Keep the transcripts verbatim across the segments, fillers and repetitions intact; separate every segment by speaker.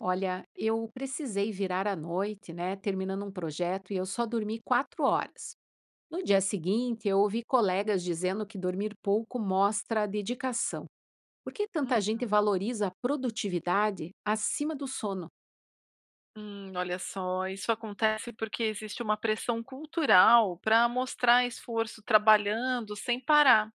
Speaker 1: Olha, eu precisei virar à noite, né, terminando um projeto e eu só dormi quatro horas. No dia seguinte, eu ouvi colegas dizendo que dormir pouco mostra dedicação. Por que tanta gente valoriza a produtividade acima do sono?
Speaker 2: Uhum, olha só, isso acontece porque existe uma pressão cultural para mostrar esforço trabalhando sem parar,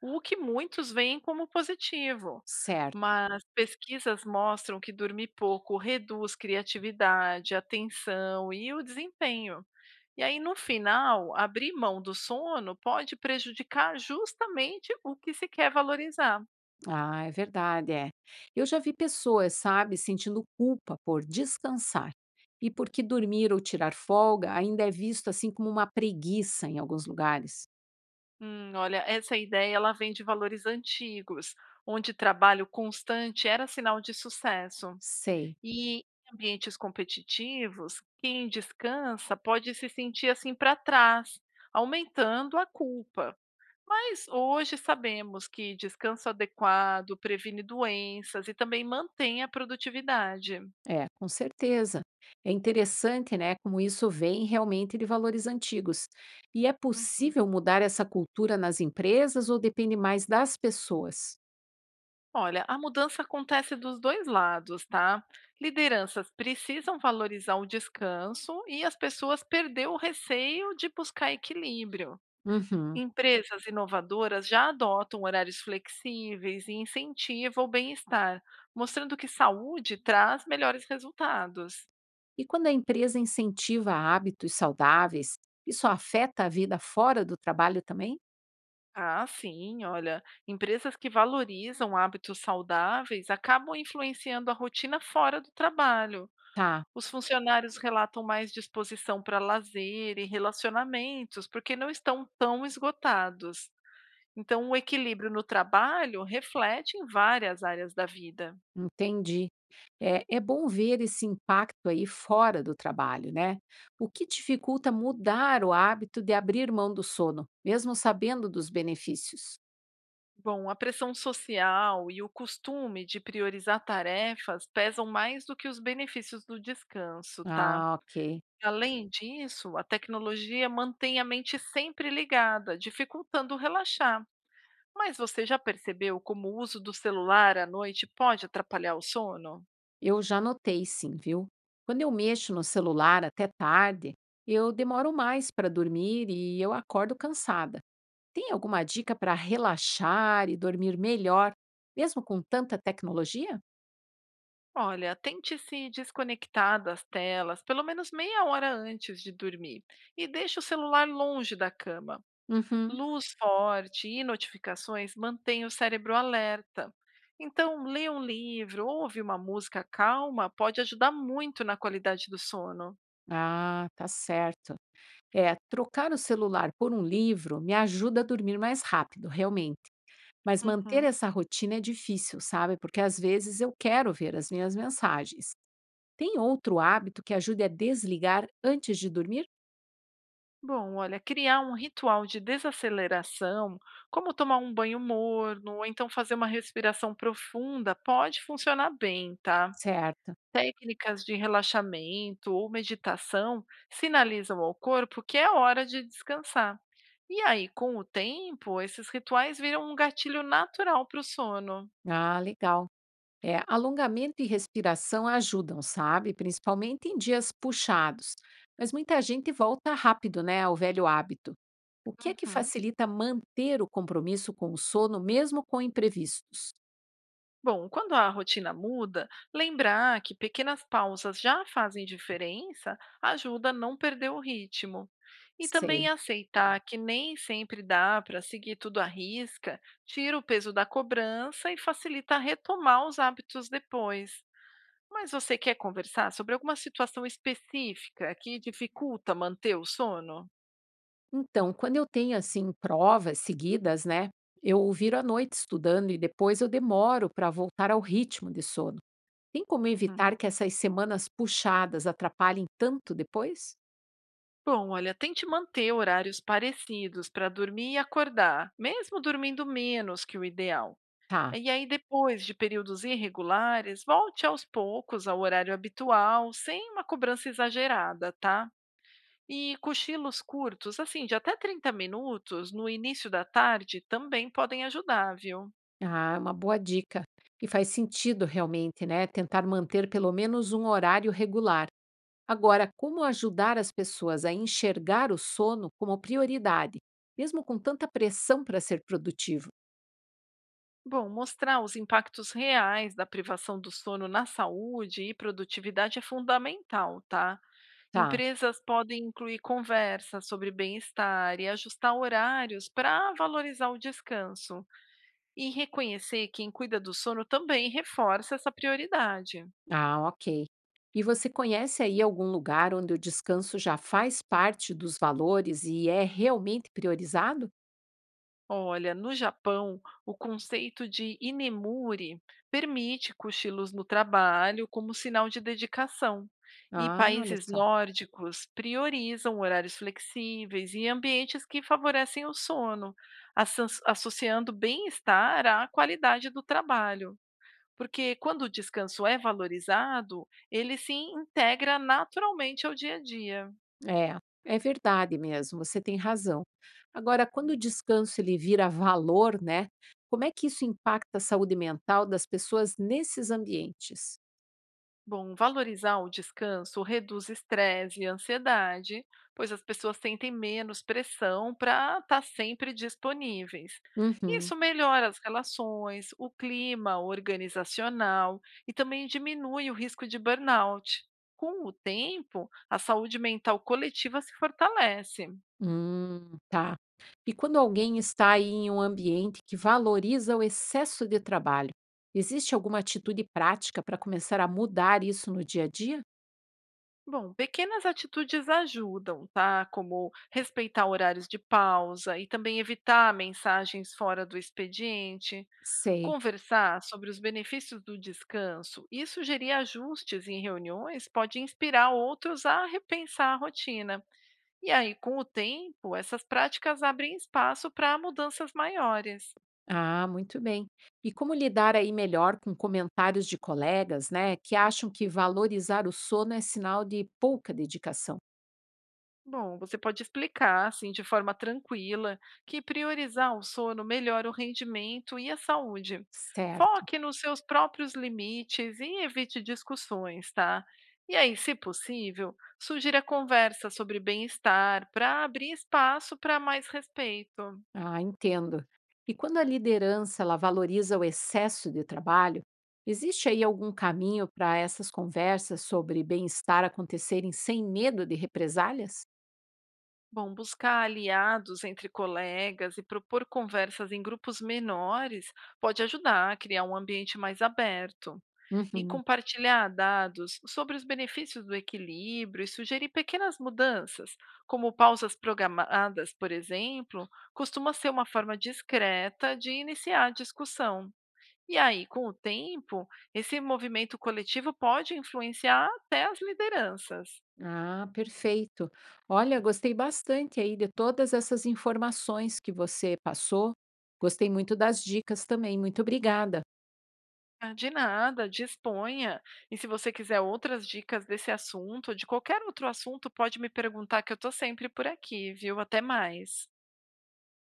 Speaker 2: o que muitos veem como positivo.
Speaker 1: Certo.
Speaker 2: Mas pesquisas mostram que dormir pouco reduz criatividade, atenção e o desempenho. E aí, no final, abrir mão do sono pode prejudicar justamente o que se quer valorizar.
Speaker 1: Ah, é verdade, é. Eu já vi pessoas, sabe, sentindo culpa por descansar e porque dormir ou tirar folga ainda é visto assim como uma preguiça em alguns lugares.
Speaker 2: Hum, olha, essa ideia ela vem de valores antigos, onde trabalho constante era sinal de sucesso.
Speaker 1: Sei.
Speaker 2: E em ambientes competitivos, quem descansa pode se sentir assim para trás, aumentando a culpa. Mas hoje sabemos que descanso adequado previne doenças e também mantém a produtividade.
Speaker 1: É, com certeza. É interessante, né, como isso vem realmente de valores antigos. E é possível mudar essa cultura nas empresas ou depende mais das pessoas?
Speaker 2: Olha, a mudança acontece dos dois lados, tá? Lideranças precisam valorizar o descanso e as pessoas perder o receio de buscar equilíbrio.
Speaker 1: Uhum.
Speaker 2: Empresas inovadoras já adotam horários flexíveis e incentivam o bem-estar, mostrando que saúde traz melhores resultados.
Speaker 1: E quando a empresa incentiva hábitos saudáveis, isso afeta a vida fora do trabalho também?
Speaker 2: Ah, sim, olha, empresas que valorizam hábitos saudáveis acabam influenciando a rotina fora do trabalho.
Speaker 1: Tá,
Speaker 2: Os funcionários relatam mais disposição para lazer e relacionamentos, porque não estão tão esgotados. Então, o equilíbrio no trabalho reflete em várias áreas da vida.
Speaker 1: entendi. É, é bom ver esse impacto aí fora do trabalho, né? O que dificulta mudar o hábito de abrir mão do sono, mesmo sabendo dos benefícios?
Speaker 2: Bom, a pressão social e o costume de priorizar tarefas pesam mais do que os benefícios do descanso, tá?
Speaker 1: Ah, ok.
Speaker 2: Além disso, a tecnologia mantém a mente sempre ligada, dificultando relaxar. Mas você já percebeu como o uso do celular à noite pode atrapalhar o sono?
Speaker 1: Eu já notei sim, viu? Quando eu mexo no celular até tarde, eu demoro mais para dormir e eu acordo cansada. Tem alguma dica para relaxar e dormir melhor, mesmo com tanta tecnologia?
Speaker 2: Olha, tente se desconectar das telas pelo menos meia hora antes de dormir e deixe o celular longe da cama.
Speaker 1: Uhum.
Speaker 2: Luz forte e notificações mantêm o cérebro alerta. Então, ler um livro ou ouvir uma música calma pode ajudar muito na qualidade do sono.
Speaker 1: Ah, tá certo. É, trocar o celular por um livro me ajuda a dormir mais rápido, realmente. Mas manter
Speaker 2: Uhum.
Speaker 1: essa rotina é difícil, sabe? Porque às vezes eu quero ver as minhas mensagens. Tem outro hábito que ajude a desligar antes de dormir?
Speaker 2: Bom, olha, criar um ritual de desaceleração, como tomar um banho morno ou então fazer uma respiração profunda, pode funcionar bem, tá?
Speaker 1: Certo.
Speaker 2: Técnicas de relaxamento ou meditação sinalizam ao corpo que é hora de descansar. E aí, com o tempo, esses rituais viram um gatilho natural para o sono.
Speaker 1: Ah, legal. É, alongamento e respiração ajudam, sabe? Principalmente em dias puxados. Mas muita gente volta rápido, né, ao velho hábito. O que é que
Speaker 2: Uhum.
Speaker 1: facilita manter o compromisso com o sono, mesmo com imprevistos?
Speaker 2: Bom, quando a rotina muda, lembrar que pequenas pausas já fazem diferença ajuda a não perder o ritmo. E também
Speaker 1: Sei.
Speaker 2: aceitar que nem sempre dá para seguir tudo à risca, tira o peso da cobrança e facilita retomar os hábitos depois. Mas você quer conversar sobre alguma situação específica que dificulta manter o sono?
Speaker 1: Então, quando eu tenho, assim, provas seguidas, né, eu viro à noite estudando e depois eu demoro para voltar ao ritmo de sono. Tem como
Speaker 2: Uhum.
Speaker 1: evitar que essas semanas puxadas atrapalhem tanto depois?
Speaker 2: Bom, olha, tente manter horários parecidos para dormir e acordar, mesmo dormindo menos que o ideal.
Speaker 1: Tá.
Speaker 2: E aí, depois de períodos irregulares, volte aos poucos ao horário habitual, sem uma cobrança exagerada, tá? E cochilos curtos, assim, de até trinta minutos, no início da tarde, também podem ajudar, viu?
Speaker 1: Ah, é uma boa dica. E faz sentido realmente, né? Tentar manter pelo menos um horário regular. Agora, como ajudar as pessoas a enxergar o sono como prioridade, mesmo com tanta pressão para ser produtivo?
Speaker 2: Bom, mostrar os impactos reais da privação do sono na saúde e produtividade é fundamental, tá?
Speaker 1: Tá.
Speaker 2: Empresas podem incluir conversas sobre bem-estar e ajustar horários para valorizar o descanso. E reconhecer quem cuida do sono também reforça essa prioridade.
Speaker 1: Ah, ok. E você conhece aí algum lugar onde o descanso já faz parte dos valores e é realmente priorizado?
Speaker 2: Olha, no Japão, o conceito de inemuri permite cochilos no trabalho como sinal de dedicação. E
Speaker 1: Ah, olha
Speaker 2: países
Speaker 1: só.
Speaker 2: nórdicos priorizam horários flexíveis e ambientes que favorecem o sono, assan- associando bem-estar à qualidade do trabalho. Porque quando o descanso é valorizado, ele se integra naturalmente ao dia a dia.
Speaker 1: É, é verdade mesmo, você tem razão. Agora, quando o descanso ele vira valor, né? Como é que isso impacta a saúde mental das pessoas nesses ambientes?
Speaker 2: Bom, valorizar o descanso reduz estresse e ansiedade, pois as pessoas sentem menos pressão para estar sempre disponíveis.
Speaker 1: Uhum.
Speaker 2: Isso melhora as relações, o clima organizacional e também diminui o risco de burnout. Com o tempo, a saúde mental coletiva se fortalece.
Speaker 1: Hum, tá. E quando alguém está aí em um ambiente que valoriza o excesso de trabalho, existe alguma atitude prática para começar a mudar isso no dia a dia?
Speaker 2: Bom, pequenas atitudes ajudam, tá? Como respeitar horários de pausa e também evitar mensagens fora do expediente.
Speaker 1: Sei.
Speaker 2: Conversar sobre os benefícios do descanso e sugerir ajustes em reuniões pode inspirar outros a repensar a rotina. E aí, com o tempo, essas práticas abrem espaço para mudanças maiores.
Speaker 1: Ah, muito bem. E como lidar aí melhor com comentários de colegas, né, que acham que valorizar o sono é sinal de pouca dedicação?
Speaker 2: Bom, você pode explicar, assim, de forma tranquila, que priorizar o sono melhora o rendimento e a saúde.
Speaker 1: Certo.
Speaker 2: Foque nos seus próprios limites e evite discussões, tá? E aí, se possível, sugira conversa sobre bem-estar para abrir espaço para mais respeito.
Speaker 1: Ah, entendo. E quando a liderança ela valoriza o excesso de trabalho, existe aí algum caminho para essas conversas sobre bem-estar acontecerem sem medo de represálias?
Speaker 2: Bom, buscar aliados entre colegas e propor conversas em grupos menores pode ajudar a criar um ambiente mais aberto. E
Speaker 1: Uhum.
Speaker 2: compartilhar dados sobre os benefícios do equilíbrio e sugerir pequenas mudanças, como pausas programadas, por exemplo, costuma ser uma forma discreta de iniciar a discussão. E aí, com o tempo, esse movimento coletivo pode influenciar até as lideranças.
Speaker 1: Ah, perfeito. Olha, gostei bastante aí de todas essas informações que você passou. Gostei muito das dicas também. Muito obrigada.
Speaker 2: Ah, de nada, disponha. E se você quiser outras dicas desse assunto ou de qualquer outro assunto, pode me perguntar que eu estou sempre por aqui, viu? Até mais.